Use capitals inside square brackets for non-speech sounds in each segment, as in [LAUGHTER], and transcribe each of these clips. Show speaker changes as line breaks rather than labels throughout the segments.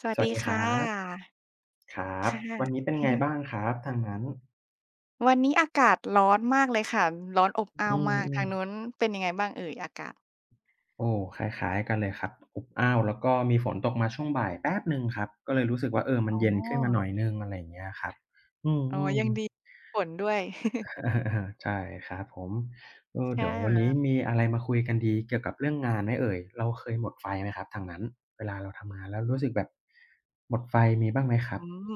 สวั
ส
ส
วัส
ดี
ดีค
ค่
รับ
ะ
ครับ
ค่
วันนี้
ะ
เป็นไงบ้างครับทางนั้น
วันนี้อากาศร้อนมากเลยค่ะ ร้อนอบอ้า
อื
วมาก
ม
ทางนู้น
ๆ
เป็นยังไงบ้างเอ่ยอากาศ
โอ้คล้ายๆกันเลยครับอบอ้าวแล้วก็มีฝนตกมาช่วงบ่ายแป๊บหนึ่งครับก็เลยรู้สึกว่ามั
อ๋
นเย็น
อ
ขึ้นมาหน่อยหนึ่งอะไรอย่างเงี้ยครับอื
อ๋อ
ม
ยังดี
ๆ
ฝนด้วย
[LAUGHS] อาๆใช่ครับผม
[LAUGHS] ค่
เดี๋ยววันนี้
ะ
มีอะไรมาคุยกันดีเกี่ยวกับเรื่องงานไหมเอ่ยเราเคยหมดไฟไหมครับทางนั้นเวลาเราทำงานแล้วรู้สึกแบบหมดไฟมีบ้างไหมค
อื
รับ
ม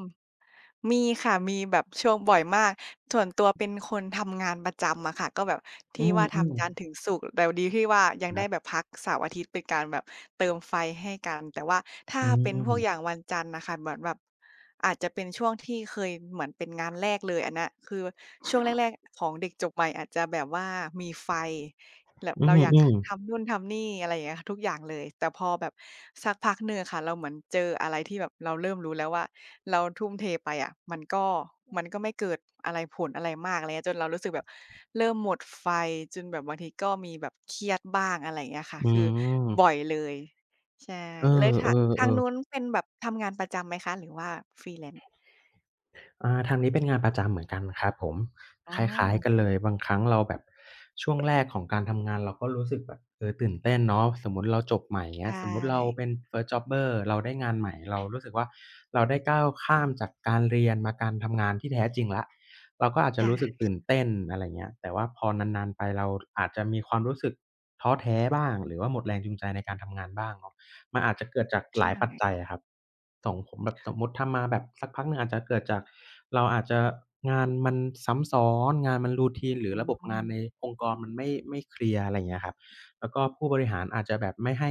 มีค่ะมีแบบช่วงบ่อยมากส่วนตัวเป็นคนทำงานประจำอะค่ะก็แบบ
อื
ที่ว่าทำจันทร์ถึ
ม
งศุกร์แต่ดีที่ว่ายัง
ๆค
ได้
รั
แบบ
บ
พักเสาร์อาทิตย์เป็นการแบบเติมไฟให้กันแต่ว่าถ้า
อื
เป็นพวกอย่าง
ม
วันจันทร์น่ะค่ะเหมือนแบบอาจจะเป็นช่วงที่เคยเหมือนเป็นงานแรกเลยอันเนี้ยคือช่วงแรกๆของเด็กจบใหม่อาจจะแบบว่ามีไฟ แบบ
อ
เราอยาก
ืมๆ
ทำนู่นทำนี่อะไรอย่างเงี้ยค่ะทุกอย่างเลยแต่พอแบบสักพักหนึ่งอะค่ะเราเหมือนเจออะไรที่แบบเราเริ่มรู้แล้วว่าเราทุ่มเทไปอะมันก็ไม่เกิดอะไรผลอะไรมากอะไรเงี้ยจนเรารู้สึกแบบเริ่มหมดไฟจนแบบบางทีก็มีแบบเครียดบ้างอะไรอย่างเงี้ยค่ะ
อื
คือบ่อย
ม
เลยใช่
เอ
เลยถักทาง
อ
นู้
ๆ
น
ๆ
เป็นแบบทำงานประจำไหมคะหรือว่า Freelance?
อาทางนี้เป็นงานประจำเหมือนกันครับผม
อ๋
คล้ายๆกัน
อ
เลยบางครั้งเราแบบช่วงแรกของการทำงานเราก็รู้สึกแบบตื่นเต้นเนาะสมมุติเราจบใหม่อย่างเงี้
ใช่
ยสมมุติเราเป็น First jobber เราได้งานใหม่เรารู้สึกว่าเราได้ก้าวข้ามจากการเรียนมาการทำงานที่แท้จริงแล้วเราก็อาจจะรู้สึก
ใช่
ตื่นเต้นอะไรเงี้ยแต่ว่าพอนานๆไปเราอาจจะมีความรู้สึกท้อแท้บ้างหรือว่าหมดแรงจูงใจในการทำงานบ้างเนาะ มันอาจจะเกิดจากห
ใช่
ลายปัจจัยอะครับส่งผมแบบสมมุติทำมาแบบสักพักหนึ่งอาจจะเกิดจากเราอาจจะงานมันซ้ำซ้อนงานมัน routine หรือ
อื
ระบบงานใน
ม
องค์กรมันไม่เคลียร์อะไรอย่างเงี้ยครับแล้วก็ผู้บริหารอาจจะแบบไม่ให้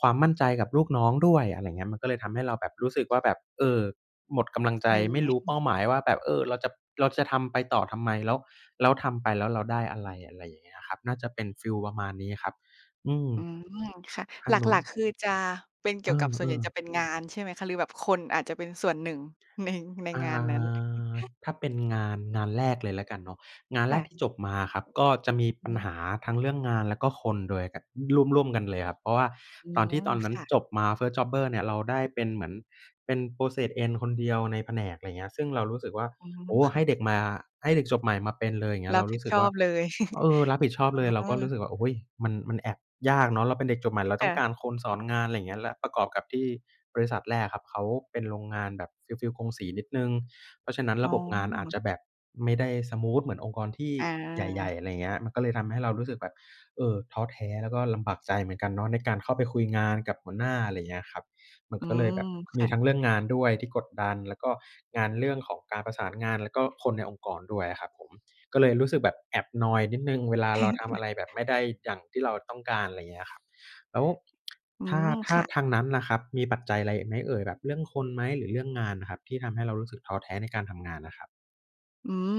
ความมั่นใจกับลูกน้องด้วยอะไรอย่างเงี้ยมันก็เลยทำให้เราแบบรู้สึกว่าแบบหมดกำลังใจ
เหนื่
ไม่
อ
รู้
ย
เป้าหมายว่าแบบเราจะทำไปต่อทำไมแล้วแล้วทำไปแล้วเราได้อะไรอะไรอย่างเงี้ยครับน่าจะเป็นฟีลประมาณนี้ครับอืม
อืมค่ะ
ทา
หล
งนู้
ั
น
กๆคือจะเป็น
เอ
เกี่ยวกับส่วนใหญ่
อ
จะเป็
ๆ
นงานใช่ไหมคะหรือแบบคนอาจจะเป็นส่วนหนึ่งในใน
อ่
งานนั้น
าถ้าเป็นงานแรกเลยแล้วกันเนาะงานแร
ค่ะ
กที่จบมาครับก็จะมี
อื
ปัญหา
ม
ทั้งเรื่องงานแล้วก็คนด้วยกันร่วมๆกันเลยครับเพราะว่า
อื
ตอนที่
ม
ตอนนั้น
ค่ะ
จบมา First Jobber เนี่ยเราได้เป็นเหมือนเป็น Process End คนเดียวในแผนกอะไรเงี้ยซึ่งเรารู้สึกว่า
อืม
โอ้ให้เด็ก
ค่ะ
มาให้เด็กจบใหม่มาเป็นเลยอย่างเงี้ย
รับ
เรา
ผิด
รู้สึ
ช
ก
อ
ว่า
บเลย
รับผิดชอบ
อ๋
เลย
อ
เราก็รู้สึกว่าโอ้โฮมันแอบยากเนาะเราเป็นเด็กจบใหม่เราต้อ
ค่ะ
งการคนสอนงานอะไรอย่างเงี้ยและประกอบกับที่บริษัทแรกอะครับเขาเป็นโรงงานแบบฟีลๆกงสีนิดหนึ่งเพราะฉะนั้น
อ๋
ระบบงานอาจจะ
อ
แบบไม่ได้สมูทเหมือนองค์กรที่
อ
ให
า
ญ่ๆอะไรอย่างเงี้ยมันก็เลยทำให้เรารู้สึกแบบท้อแท้แล้วก็ลำบากใจเหมือนกันเนาะในการเข้าไปคุยงานกับหัวหน้าอะไรอย่างเงี้ยครับมัน
อื
ก็เลย
ม
แบบมี
ค่ะ
ทั้งเรื่องงานด้วยที่กดดันแล้วก็งานเรื่องของการประสานงานแล้วก็คนในองค์กรด้วยอะครับผม ก็เลยรู้สึกแบบแอบนอยนิดหนึ่งเวลาเราทำ
[LAUGHS]
อะไรแบบไม่ได้อย่างที่เราต้องการอะไรอย่างเงี้ยครับแล้ว
อื
ถ้า
ม
ถ้า
ค่ะ
ทางนั้นล่ะครับมีปัจจัยอะไรไหมเอ่ยแบบเรื่องคนไหมหรือเรื่องงานน่ะครับที่ทำให้เรารู้สึกท้อแท้ในการทำงานน่ะครับ
อืม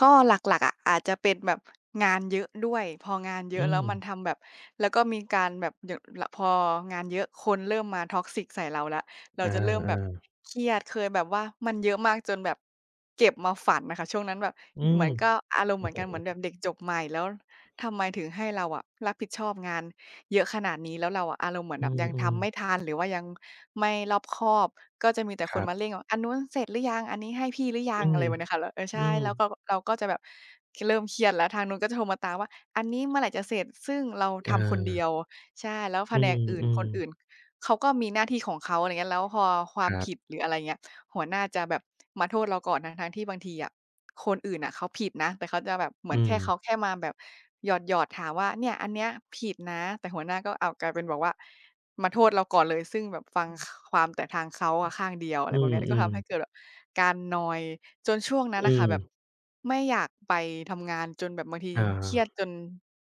ก็หลักๆอะอาจจะเป็นแบบงานเยอะด้วยพองานเย
อื
อะแล้
ม
วมันทำแบบแล้วก็มีการแบบอย่างลพองานเยอะคนเริ่มมา toxic ใส่เราแล้วเรา
อ
จะเริ่มแบบ
า
เครียดเคยแบบว่ามันเยอะมากจนแบบเก็บมาฝันน่ะค่ะช่วงนั้นแบบ
ๆอื
เหมื
ม
อนก็อารมณ์เห
โอ้
มือนกันเหมือนแบ
โฮ
บเด็กจบใหม่แล้วทำไมถึงให้เราอะรับผิดชอบงาน เยอะขนาดนี้แล้วเราอะอารมณ์เหมือน
อื
แบบยัง
ม
ทำไม่
ๆ
ทันหรือว่ายังไม่รอบคอบก็จะมีแต่
ค
คน
รั
มาเร่ง
บ
ว่าอันนู้นเสร็จหรือยังอันนี้ให้พี่หรือยั
อื
งอะ
ม
ไรแบบเนี้ยค่ะแล้วเออ
อื
ใช่
ม
แล้วก็เราก็จะแบบคเริ่มเครียดแล้วทางนู้นก็จะโทรมาตามว่าอันนี้เมื่อไหร่จะเสร็จซึ่งเราทำคนเดียว
ออ
ใช่แล้วแผ
อื
นกอื่นค
ม
นอื่น
ๆ
เขาก็มีหน้าที่ของเขาอะไรเงี้ยแล้วพอควา
ค
ม
รั
ผิด
บ
หรืออะไรเงี้ย หัวหน้าจะแบบมาโทษเราก่อนทั้งๆที่บางทีอะคนอื่นน่ะเขาผิดนะแต่เขาจะแบบเหมือ
อื
นแค่เขา
ม
แค่มาแบบหยอดๆถามว่าเนี่ยอันเนี้ยผิดนะแต่หัวหน้าก็อ้าวกลายเป็นบอกว่ามาโทษเราก่อนเลยซึ่งแบบฟังคความแต่ทางเขาอะข้างเดียวอะไร
อื
แบบเนี้ยก็
ม
ทำให้
ๆ
เกิดแบบการนอย จนช่วงนั้น
อื
น่ะค่ะ
ม
แบบไม่อยากไปทำงานจนแบบบางที
อา
เครียดจน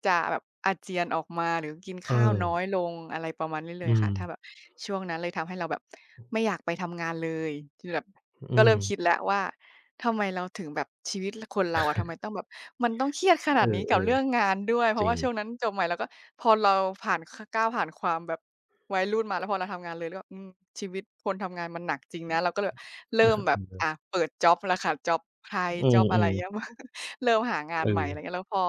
จะแบบอาเจียนออกมาหรือกิน
เอ
ข้าว
อ
น้อยลงอะไรประมาณนี้เลย
อืม
ค่ะถ้าแบบช่วงนั้นเลยทำให้เราแบบไม่อยากไปทำงานเลยคือแบบก็
อื
เริ่
ม
มคิดแล้วว่า ทำไมเราถึงแบบชีวิตลคนเราอะทำไมต้องแบบมันต้องเครียดข
เอ
นาดนี้กับ
อ
เรื่องงานด้วยเพ
ๆจ
ราะ
ริ
ว่า
ง
ช่วงนั้นจบใหม่แล้วก็พอเราผ่านคก้าวผ่านความแบบวัยรุ่นมาแล้วพอเราทำงานเลยแล้วแบบอืมชีวิตคนทำงานมันหนักจริงนะเราก็เลย
[LAUGHS]
เริ่
เ
มแบบ
ออ
เปิดจ็อบแล้วค่ะจ็อบไทย
อื
จ็อ
ม
บอะ
อื
ไร
ม
เงี้ย [LAUGHS] เริ่มหางาน
เอ
ใหม่อะไร
อ
เงี้ยแล้วพอ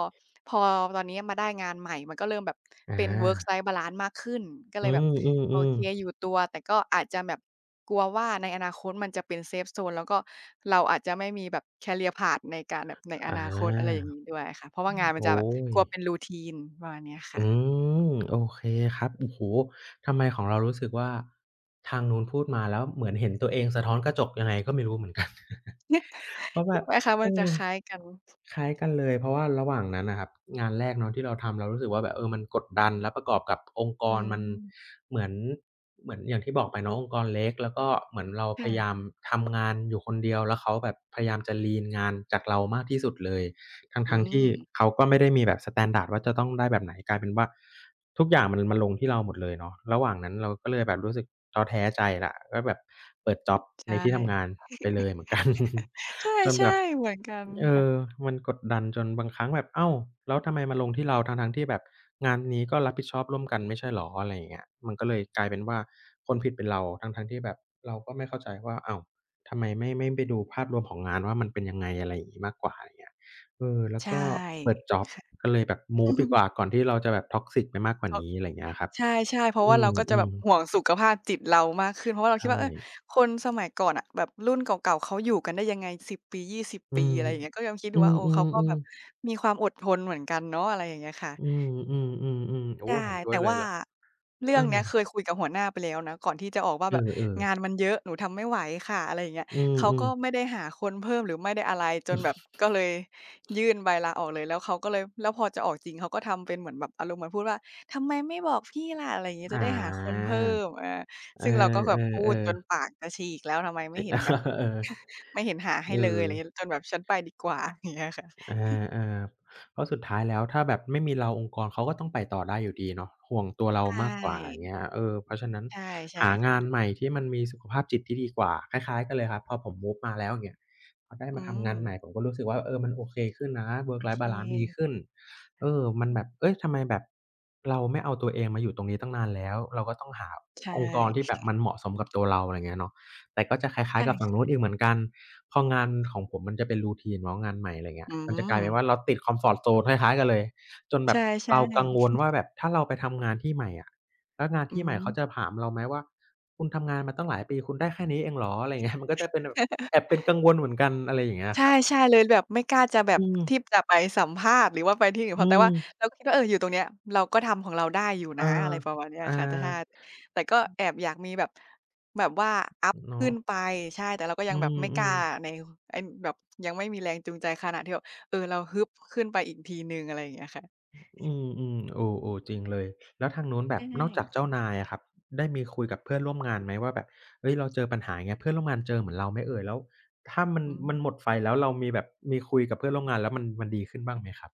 พอตอนนี้มาได้งานใหม่มันก็เริ่มแบบเป็น work
อา
life balance มากขึ้นก็เล
อื
ยแบบโอ
ม
เค
ๆ
อยู่
ๆ
ตัวแต่ก็อาจจะแบบ กลัวว่าในอนาคตมันจะเป็นเซฟโซนแล้วก็เราอาจจะไม่มีแบบ career path ในการแบบในอ
อ
นาคตอะไรอ
า
ย่างงี้ด้วยค่ะเพราะว่างานมันจะ
โอ๊
แบบ
ย
กลัวเป็น routine ประมาณเนี้ย
อื
ค่ะ
มโอเคครับโอ้โฮทำไมของเรารู้สึกว่าทางนู้นพูดมาแล้วเหมือนเห็นตัวเองสะท้อนกระจกยังไงก็ไม่รู้เหมือนกัน เพราะ
[LAUGHS]
แบ
ถูก
บ
ไหมคะ
เอ
มั
อ
นจะคล้ายกัน
คล้ายกันเลยเพราะว่าระหว่างนั้นน่ะครับงานแรกเนาะที่เราทำเรารู้สึกว่าแบบมันกดดันแล้วประกอบกับองค์ก
อื
รมัน
ม
เหมือนเหมือนอย่างที่บอกไปเนาะองค์กรเล็ก แล้วก็เหมือนเราพยายา
ค่ะ
มทำงานอยู่คนเดียว แล้วเขาแบบพยายามจะ lean งานจากเรามากที่สุดเลย
อื
ทั้งๆที่
ม
เขาก็ไม่ได้มีแบบสแตนดาร์ดว่าจะต้องได้แบบไหนกลายเป็นว่าทุกอย่างมันลงที่เราหมดเลยเนาะระหว่างนั้นเราก็เลยแบบรู้สึกท้อแท้ใจแล้วก็แบบเปิดจ็อบ
ใช
ในที่ทำงาน
่
ไปเลยเหมือนกัน
ใ
[LAUGHS] จน
ช่
แบบ
ๆเหมือนกัน
เออ
ค่ะ
มันกดดันจนบางครั้งแบบอ้าวแล้วทำไมมาลงที่เราทั้งๆที่แบบงานนี้ก็รับผิดชอบร่วมกันไม่ใช่เหรออะไรอย่างเงี้ยมันก็เลยกลายเป็นว่าคนผิดเป็นเราทั้งๆที่แบบเราก็ไม่เข้าใจว่าอ้าวทำไมไม่ไปดูภาพรวมของงานว่ามันเป็นยังไงอะไรอย่างงี้มากกว่าอย่างเงี้ย เออแล้ว
ใช
ก็เปิด
่
จ็อบก็เลยแบบมูฟดีกว่า
[LAUGHS]
ก่อนที่เราจะแบบ toxic ไปมากก
ต
ว่า
ก
นี้อะไรอย่างเงี้ยครับ
ใช่ๆเพราะ
อื
ว่าเราก็จะแบ
ม
บห่วงสุขภาพจิตเรามากขึ้นเพราะว่า
ๆ
เราคิด
ใช่
ว่าเออคนสมัยก่อนอ่ะแบบรุ่นเก่าๆเขาอยู่กันได้ยังไง10ปี20
อื
ปี
ม
อะไรอย่างเงี้ยก็ยังคิดอ
อื
ยู่ว่าเออเขาก็แบ
ม
บ
ๆๆ
มีความอดทนเหมือนกันเนาะอะไรอย่างเงี้ยค่ะ
อืมๆๆๆโอ้
ใช่
เห็นด้ว
แต่
ยเลย
ว่า
ล่ะ
เรื่
เอ
อง
อ
เนี้ยเคยคุยกับหัวหน้าไปแล้วนะก่อนที่จะออกว่าแบบ
เออ
งาน
ๆ
มันเยอะหนูทำไม่ไหวค่ะอะไรอย่างเงี้ย
อื
เขา
ม
ก็ไม่
ๆ
ได้หาคนเพิ่มหรือไม่ได้อะไรจนแบบก็เลยยื่นใบลาออกเลยแล้วเขาก็เลยแล้วพอจะออกจริงเขาก็ทำเป็นเหมือนแบบอารมณ์เหมือนพูดว่าทำไมไม่บอกพี่ล่ะอะไรอย่างงี้จะ
อา
ได้หาคนเพิ่มอา
เออ
ซึ่งเราก็แบบ
ๆ
พู
ๆเออ
ดจนปากจะฉีกแล้วทำไมไม่เห็นแบบ
[LAUGHS] เออ
[LAUGHS] ไม่เห็นหาให้
เอ
เลย
อ
อะไรอย่างเงี้ยจนแบบฉันไปดีกว่าอย่างเงี้ยค่ะ
อาๆเพราะสุดท้ายแล้วถ้าแบบไม่มีเราองค์กรเขาก็ต้องไปต่อได้อยู่ดีเนาะห่วงตัว
ใช
เรามากกว่าอย่าง
่
เงี้ยเออเพราะฉะนั้น
ใช่ใช่
หา
ค่ะ
งานใหม่ที่มันมีสุขภาพจิตที่ดีกว่าคล้ายๆกันเลยครับพอผมมูฟมาแล้วอย่างเงี้ยพอได้
อื
มาทำงา
ม
นใหม่ผมก็รู้สึกว่าเออมันโอเคขึ้นนะ
โอ
work
เค
life balance ดีขึ้นเออมันแบบเฮ้ยทำไมแบบเราไม่เอาตัวเองมาอยู่ตรงนี้ตั้งนานแล้วเราก็ต้องหา
ใช่
องค์กรที่แบบมันเหมาะสมกับตัวเราอะไรเงี้ยเนาะ แต่ก็จะคล้ายๆกับฝั่ง
ใช่
นู้นอีกเหมือนกันพองานของผมมันจะเป็น routine เนาะงานใหม่อะไรเงี้ย
อื
มันจะกลา
ม
ยเป็นว่าเราติด comfort zone คล้ายๆกันเลยจนแบ
ใช่
บเรากังวลว่าแบบถ้าเราไปทำงานที่ใหม่อะแล้วงาน
ๆอื
ที่ใหม่
ม
เขาจะถามเราไหมว่าคุณทำงานมาตั้งหลายปีคุณได้แค่นี้เองเหรออะไรเงี้ยมันก็จะเป็นแบบแอ
[LAUGHS]
บเป็นกังวลเหมือนกันอะไรอย่างเงี้ย
ใช
ครับ
่ๆเลยแบบไม่กล้าจะแบบ
อืม
ที่จะไปสัมภาษณ์หรือว่าไปที่อื่นเพ
อื
ราะแต่
ม
ว่าเราก็คิดว่าอยู่ตรงเนี้ยเราก็ทำของเราได้อยู่
เอ
นะอะ
อ
ไรประมาณเนี้ย
อา
ค่ะแต่ถ้าแต่ก็แอบอยากมีแบบแบบว่าอัปขึ้
เนาะ
นไปใช่แต่เราก็ยั
อื
งแบบไม่กล้า
มๆ
ในไอ้แบบยังไม่มีแรงจูงใจขนาดที่แบบเราฮึบขึ้นไปอีกทีหนึ่งอะไรอย่างเงี้ยค่ะ
อืมอืมโอโอ้จริงเลยแล้วทางนู้นแบ
ใช่
บนอกจากเจ้านายอะครับได้มีคุยกับเพื่อนร่วมงานไหมว่าแบบเฮ้ยเราเจอปัญหาอย่างเงี้ยเพื่อนร่วมงานเจอเหมือนเราไหมเอ่ยแล้วถ้ามัน
อืม
มันหมดไฟแล้วเรามีแบบมีคุยกับเพื่อนร่วมงานแล้วมันดีขึ้นบ้างไหมครับ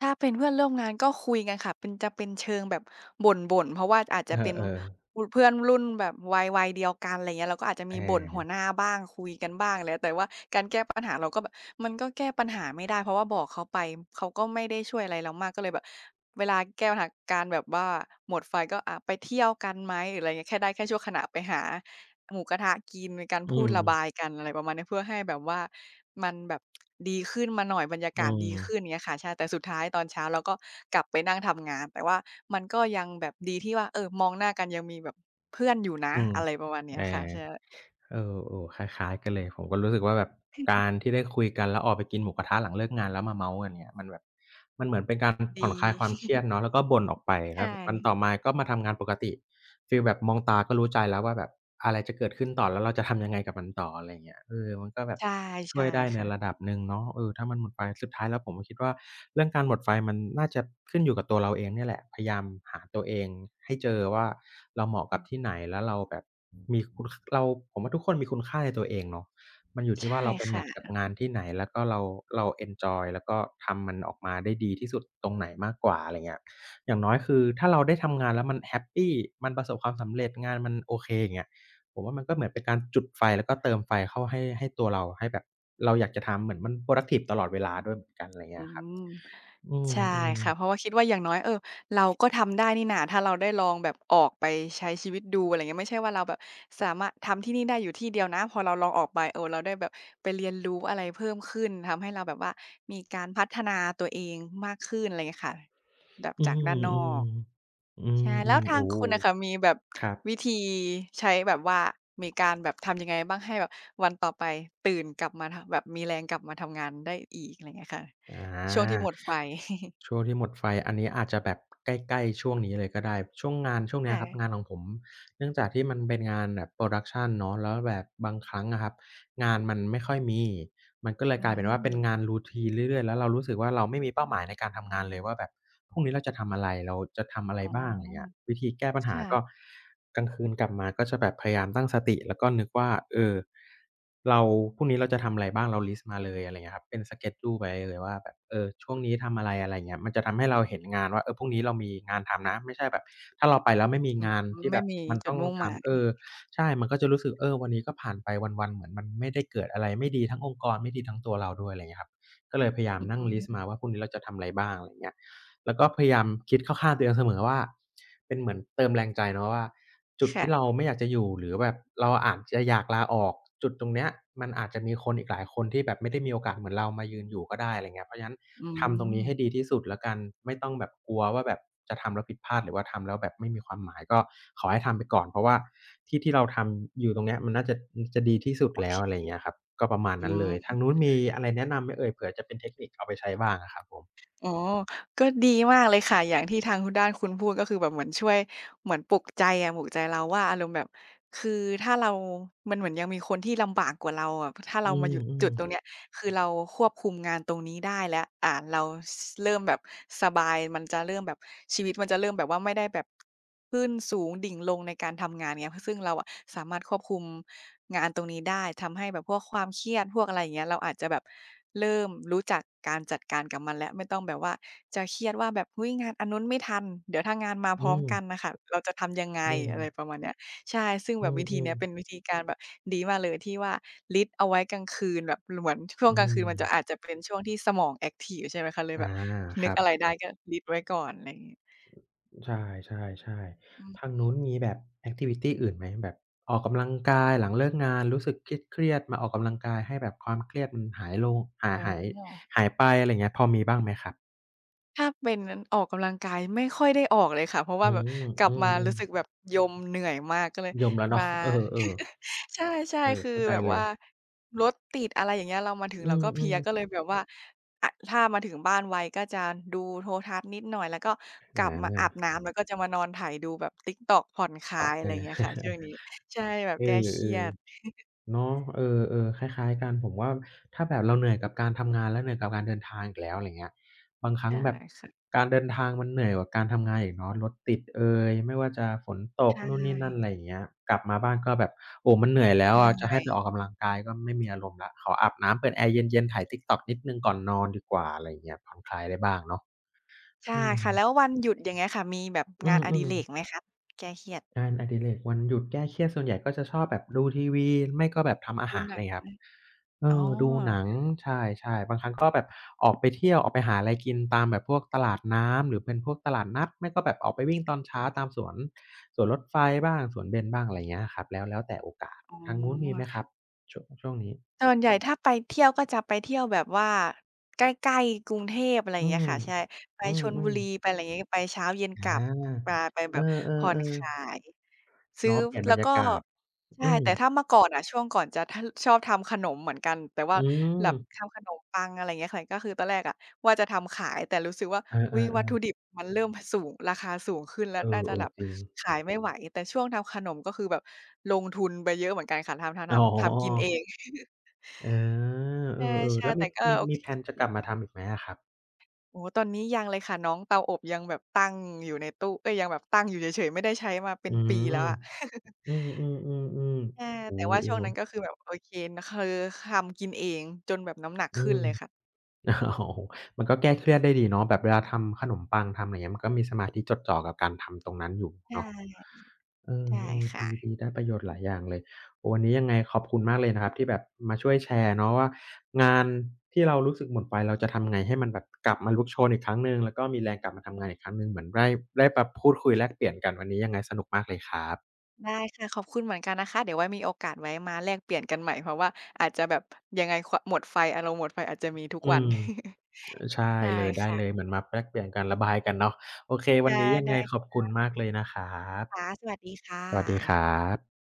ถ้าเป็นเพื่อนร่วมงานก็คุยกันค่ะเป็นจะเป็นเชิงแบบบ่นๆเพราะว่าอาจ
เ
จะเป็น
ออ
เพื่อนรุ่นแบบวัยวัยเดียวกันอะไรเงี้ยเราก็อาจจะ
ๆ
มี
อา
บ่นหัวหน้าบ้างคุยกันบ้างแล้วแต่ว่าการแก้ปัญหาเราก็แบบมันก็แก้ปัญหาไม่ได้เพราะว่าบอกเขาไปเขาก็ไม่ได้ช่วยอะไรเรามากก็เลยแบบเวลาแก้ปัญหาการแบบว่าหมดไฟก็ไปเที่ยวกันไหมหรืออะไรเงี้ยแค่ได้แค่ชั่วขณะไปหา หมูกระทะกินมีการ
อื
พูด
ม
ระบายกันอะไรประมาณนี้เพื่อให้แบบว่ามันแบบดีขึ้นมาหน่อยบรรยา
อื
กาศดี
ม
ขึ้นอย่างเงี้ยค่ะใช่แต่สุดท้ายตอนเช้าเราก็กลับไปนั่งทำงานแต่ว่ามันก็ยังแบบดีที่ว่ามองหน้ากันยังมีแบบเพื่อนอยู่นะ
อืม
อะไรประมาณเนี้ย
อ
ค่ะ
า
ใช่
เออๆคล้ายๆกันเลยผมก็รู้สึกว่าแบบการที่ได้คุยกันแล้วออกไปกินหมูกระทะหลังเลิกงานแล้วมาเมาท์กันเงี้ยมันแบบมันเหมือนเป็นการผ่
ดี
อนคลายความเครียดเนาะแล้วก็บ่นออกไป
ใช่
แล้ววันต่อมาก็มาทำงานปกติฟีลแบบมองตาก็รู้ใจแล้วว่าแบบอะไรจะเกิดขึ้นต่อแล้วเราจะทำยังไงกับมันต่ออะไรอย่างเงี้ยเออมันก็แบบ
ใช่
ช่
ใช่
วยได้ในระ
ค่ะ
ดับหนึ่งเนาะเออถ้ามันหมดไฟสุดท้ายแล้วผมก็คิดว่าเรื่องการหมดไฟมันน่าจะขึ้นอยู่กับตัวเราเองเนี่ยแหละพยายามหาตัวเองให้เจอว่าเราเหมาะ
อื
กับ
ม
ที่ไหนแล้วเราแบบมีคุณคเราผมว่าทุกคนมีคุณค่าในตัวเองเนาะมันอยู่ที่ว่า
ใช่
เราไปแม
ค่ะ
ตช์กับงานที่ไหนแล้วก็เราเราเอนจอยแล้วก็ทำมันออกมาได้ดีที่สุดตรงไหนมากกว่าอะไรเงี้ยอย่างน้อยคือถ้าเราได้ทำงานแล้วมันแฮปปีมันประสบความสำเร็จงานมันโอเคอย่างเงี้ย ผมว่ามันก็เหมือนเป็นการจุดไฟแล้วก็เติมไฟเข้าให้ตัวเราให้แบบเราอยากจะทำเหมือนมันโพรดักทิฟตลอดเวลาด้วยเหมือนกันอะไร
อื
เงี้ยครับ
ม
อื
ใช่
ม
ค่ะ
ๆ
เพราะว่าคิดว่าอย่างน้อยเราก็ทำได้นี่นาถ้าเราได้ลองแบบออกไปใช้ชีวิตดูอะไรเงี้ยไม่ใช่ว่าเราแบบสามารถทำที่นี่ได้อยู่ที่เดียวนะพอเราลองออกไปเราได้แบบไปเรียนรู้อะไรเพิ่มขึ้นทำให้เราแบบว่ามีการพัฒนาตัวเองมากขึ้นอะไรเงี้ยค่ะแบบ
อื
จากด้า
ม
นนอ
ๆอืม
ก
อื
ใช่แล้ว
มๆ
ทาง
โอ้
คุณน่ะค่ะมีแบบ
ครั
วิ
บ
ธีใช้แบบว่ามีการแบบทำยังไงบ้างให้แบบวันต่อไปตื่นกลับมาแบบมีแรงกลับมาทำงานได้อีกอะไรเงี้ยค่ะ
อ
ช่วงที่ห
า
มดไฟ
ช่วงที่หมดไฟอันนี้อาจจะแบบใกล้ๆช่วงนี้เลยก็ได้ช่วงงานช่วงเนี้ย
ค่ะ
ครับงานของผมเนื่องจากที่มันเป็นงานแบบโพรดักชันเนาะแล้วแบบบางครั้งอะครับงานมันไม่ค่อยมีมันก็เลย
อื
กลายเป็นว่าเป็นงาน
ม
routine เรื่อยๆแล้วเรารู้สึกว่าเราไม่มีเป้าหมายในการทำงานเลยว่าแบบพรุ่งนี้เราจะทำอะไรเราจะทำอะไร
อ๋อ
บ้างไรเงี้ยวิธีแก้ปัญหาก็
ค่ะ
กลางคืนกลับมาก็จะแบบพยายามตั้งสติแล้วก็นึกว่าเออเราพรุ่งนี้เราจะทำอะไรบ้างเราลิสต์มาเลยอะไรอย่างเงี้ยครับเป็น schedule ไปเลยว่าแบบเออช่วงนี้ทำอะไรอะไรอย่างเงี้ยมันจะทำให้เราเห็นงานว่าเออพรุ่งนี้เรามีงานทำนะไม่ใช่แบบถ้าเราไปแล้วไม่มีงาน
อืม
ที่
ไม่
แบบ
มี
มัน
จุ
ต้
ด
อง
มุ่งหมาย
ทำเออใช่มันก็จะรู้สึกเออวันนี้ก็ผ่านไปวันๆเหมือนมันไม่ได้เกิดอะไรไม่ดีทั้งองค์กรไม่ดีทั้งตัวเราด้วยอะไรอย่างเงี้ยครับก็เลยพยายาม
อื
นั่งลิสต์มา
ม
ว่าพรุ่งนี้เราจะทำอะไรบ้างอะไรอย่างเงี้ยแล้วก็พยายามคิดเข้าข้างตัวเองเสมอว่าเป็นเหมือนเติมแรงใจเนาะว่า จุด
ค่ะ
ที่เราไม่อยากจะอยู่หรือแบบเราอาจจะอยากลาออกจุดตรงเนี้ยมันอาจจะมีคนอีกหลายคนที่แบบไม่ได้มีโอกาสเหมือนเรามายืนอยู่ก็ได้อะไรเงี้ยเพราะฉะนั้น
อื
ทำตรง
ม
นี้ให้ดีที่สุดแล้วกันไม่ต้องแบบกลัวว่าแบบจะทำแล้วผิดพลาดหรือว่าทำแล้วแบบไม่มีความหมายก็ขอให้ทำไปก่อนเพราะว่าที่ที่เราทำอยู่ตรงเนี้ยมันน่าจะจะดีที่สุด
โอ
แล้
เค
วอะไรเงี้ยครับก็ประมาณ
อื
นั้นเลย
ม
ทางนู้นมีอะไรแนะนำไหมเอ่ยเผื่อจะเป็นเทคนิคเอาไปใช้บ้างอะครับผม
อ๋อ ก็ดีมากเลยค่ะ อย่างที่ทางคุณด้านคุณพูดก็คือแบบเหมือนช่วยเหมือนปลุกใจอะปลุกใจเราว่าอารมณ์แบบคือถ้าเรามันเหมือนยังมีคนที่ลำบากกว่าเราอะถ้า
อื
เรามาหยุด
ม
จุดตรง
ๆ
เนี้ย คือเราควบคุมงานตรงนี้ได้แล้วเราเริ่มแบบสบายมันจะเริ่มแบบชีวิตมันจะเริ่มแบบว่าไม่ได้แบบขึ้นสูงดิ่งลงในการทำงานเงี้ยซึ่งเราอะสามารถควบคุมงานตรงนี้ได้ทำให้แบบพวกความเครียดพวกอะไรอย่างเงี้ยเราอาจจะแบบเริ่มรู้จักการจัดการกับมันแล้วไม่ต้องแบบว่าจะเครียดว่าแบบอุ๊ยงานอันนู้นไม่ทันเดี๋ยวถ้างานมาพ
อื
ร้อม
ม
กันน่ะค่ะเราจะทำยังไง
อืม
อะไรประมาณเนี้ย ใช่ ซึ่งแบ
อื
บ
ม
วิ
อ
ธี
ม
เนี้ย
ๆ
เป็นวิธีการแบบดีมากเลยที่ว่าลิสต์เอาไว้กลางคืนแบบเหมือนช่วง
อื
กลางคืนมันจะอาจ
ม
จะเป็นช่วงที่สมองแอ็กทิฟใช่ไหมคะเลย
อา
แบบ
ค
นึก
รับ
อะไรได้ก็ลิสต์ไว้ก่อนอะไรอย่างงี้
ใช่ๆ
อืม
ๆทางนู้นมีแบบแอกทิวิตีอื่นไหมแบบออกกำลังกายหลังเลิกงานรู้สึกเครียดๆมาออกกำลังกายให้แบบความเครียดมันหายลงหา
อ๋อ
หายหายไปอะไรอย่างเงี้ยพอมีบ้างไหมครับ
ถ้าเป็นออกกำลังกายไม่ค่อยได้ออกเลยค่ะเพราะว่า
อื
แบบ
ม
กลั
อื
บมา
ม
รู้สึกแบบมเหนื่อยมากก็เลย
ๆยมแล้ว
มา
เนาะเออๆ
[LAUGHS] ใช่
เอ
ๆ
อ
คือ
เข้าใจ
แบบ
เลย
ว่ารถติดอะไรอย่างเงี้ยเรามาถึง
อื
เราก็เพลีย
ม
ก็เลย
ๆ
แบบว่าอะถ้ามาถึงบ้านไวก็จะดูโทรทัศน์นิดหน่อยแล้วก็ก
อ
ลับมาอาบ
า
น้ำแล้วก็จะมานอนไถดูแบบ t i k t อกผ่อนคลา
ตอ
ย
บ [LAUGHS]
อะ
อ
ไรเงี้ยค่ะช่ว
า
งนี้ใช่แบบ
เอ
แก้เครีย
อ
ด
ๆ เนาะเออๆคล้ายๆกันผมว่าถ้าแบบเราเหนื่อยกับการทำงานแล้วเหนื่อยกับการเดินทางอีกแล้วอะไรเงี้ยบางครั้ง
ใช่
แบบ
ค่ะ
การเดินทางมันเหนื่อยกว่าการทำงานอีกเนาะรถติดเอยไม่ว่าจะฝนตก
ใช่
นู่นนี่นั่นอะไรอย่างเงี้ยกลับมาบ้านก็แบบโอ้มันเหนื่อยแล้ว
เห
อะจะ
นื่อ
ให้
ย
ไปออกกำลังกายก็ไม่มีอารมณ์แล้วขออาบน้ำเปิดแอร์เย็นๆไถ TikTok นิดหนึ่งก่อนนอนดีกว่าอะไรอย่างเงี้ยผ่อนคลายได้บ้างเนาะ
ใช่
อืม
ค่ะแล้ววันหยุดอย่างเงี้ยค่ะมีแบบ
อื
งานอดิ
อ
เรกไหม
ๆ
คะแก้เครียด
งานอดิเรกวันหยุดแก้เครียดส่วนใหญ่ก็จะชอบแบบดูทีวีไม่ก็แบบทำอา
ดู
หาร
หนัง
ไรครับเอ
อ๋อ
อดูหนังใช่ๆบางครั้งก็แบบออกไปเที่ยวออกไปหาอะไรกินตามแบบพวกตลาดน้ำหรือเป็นพวกตลาดนัดไม่ก็แบบออกไปวิ่งตอนเช้าตามสวนรถไฟบ้างสวนเบญบ้างอะไรเงี้ยครับแล้วแต่โอกาส
อ๋
ทางนู้นมีไหม
อ
ครับช่วงนี้
ส่วนใหญ่ถ้าไปเที่ยวก็จะไปเที่ยวแบบว่าใกล้ๆกรุงเทพอะไรอ
อื
ย่างเงี้
ม
ยค่ะใช่ไป
อื
ชลบุ
ม
รีไปอะไรอย่างงี้ไปเช้าเย็น
ๆอ
กลับ
า
ปาไปแบ
เอ
บผ่อนค
อ
ลา
ๆ
ย
ๆ
ซื้อ
เนาะเปลี่ยนบร
แล้ว
รยา
ก็
กาศ
ใช่
อืม
แต่ถ้าเมื่อก่อนอะช่วงก่อนจะชอบทำขนมเหมือนกันแต่ว่า
อืม
แบบทำขนมปังอะไรอย่างเงี้ยค่ะก็คือตอนแรกอะว่าจะทำขายแต่รู้สึกว่า
เออ
อุ๊ยวัตถุ
ๆ
ดิบมันเริ่มสูงราคาสูงขึ้นแล้
ๆ
ว
เอ
น่าจะ
อ
แบบ
ๆจริง
ขายไม่ไหวแต่ช่วงทำขนมก็คือแบบลงทุนไปเยอะเหมือนกันค่ะทำ
อ๋อ
ๆๆทำกินเอง [LAUGHS]
เออ เออๆ
ใช่
แล้ว
ๆ
มี
แต่ก็
มี
โอ
มี
เค
แพลนจะ
อ
ก
ยู่
ลับมาทำอีกไหมอะครับ
โอ้โฮตอนนี้ยังเลยค่ะน้องเตาอบยังแบบตั้งอยู่ในตู้เอ๊ยยังแบบตั้งอยู่เฉยๆไม่ได้ใช้มาเป็
อื
นปี
ม
แล้วอะ
อือๆ
ใช่
ๆๆ
[LAUGHS]
โอ้
แต่ว่าช่วง
โฮๆ
นั้นก็คือแบบโอเคคือทำกินเองจนแบบน้ำหนัก
อื
ขึ้น
ม
เลยค่ะ
โอ้โฮมันก็แก้เครียดได้ดีเนาะแบบเวลาทำขนมปังทำอะไรเงี้ยมันก็มีสมาธิจดจ่อกับการทำตรงนั้นอยู่
ใช
เนาะ
่
เออ
ใช่
ๆ
ค่ะ
ดีดีได้ประโยชน์หลายอย่างเลยโอ้วันนี้ยังไงขอบคุณมากเลยนะครับที่แบบมาช่วยแชร์เนาะว่างานที่เรารู้สึกหมดไฟเราจะทำไงให้มันแบบกลับมาลุกโชนอีกครั้งหนึ่งแล้วก็มีแรงกลับมาทำงานอีกครั้งหนึ่งเหมือนได้มาพูดคุยแลกเปลี่ยนกันวันนี้ยังไงสนุกมากเลยครับ
ได้ค่ะขอบคุณเหมือนกันนะคะเดี๋ยวไว้มีโอกาสไว้มาแลกเปลี่ยนกันใหม่เพราะว่าอาจจะแบบยังไงหมดไฟอารมณ์หมดไฟอาจจะมีทุก
อื
วัน
มเออ
[LAUGHS]
ใช่
ได้
เลยได้เลย
ค่ะ
เหมือนมาแลกเปลี่ยนกันระบายกันเนาะโอเควัน
ได้
นี้ยัง
ได้
ไงขอบคุณมากเลยนะครั
ค่ะ
บ
สวัสดีค่ะ
สวัสดีครับ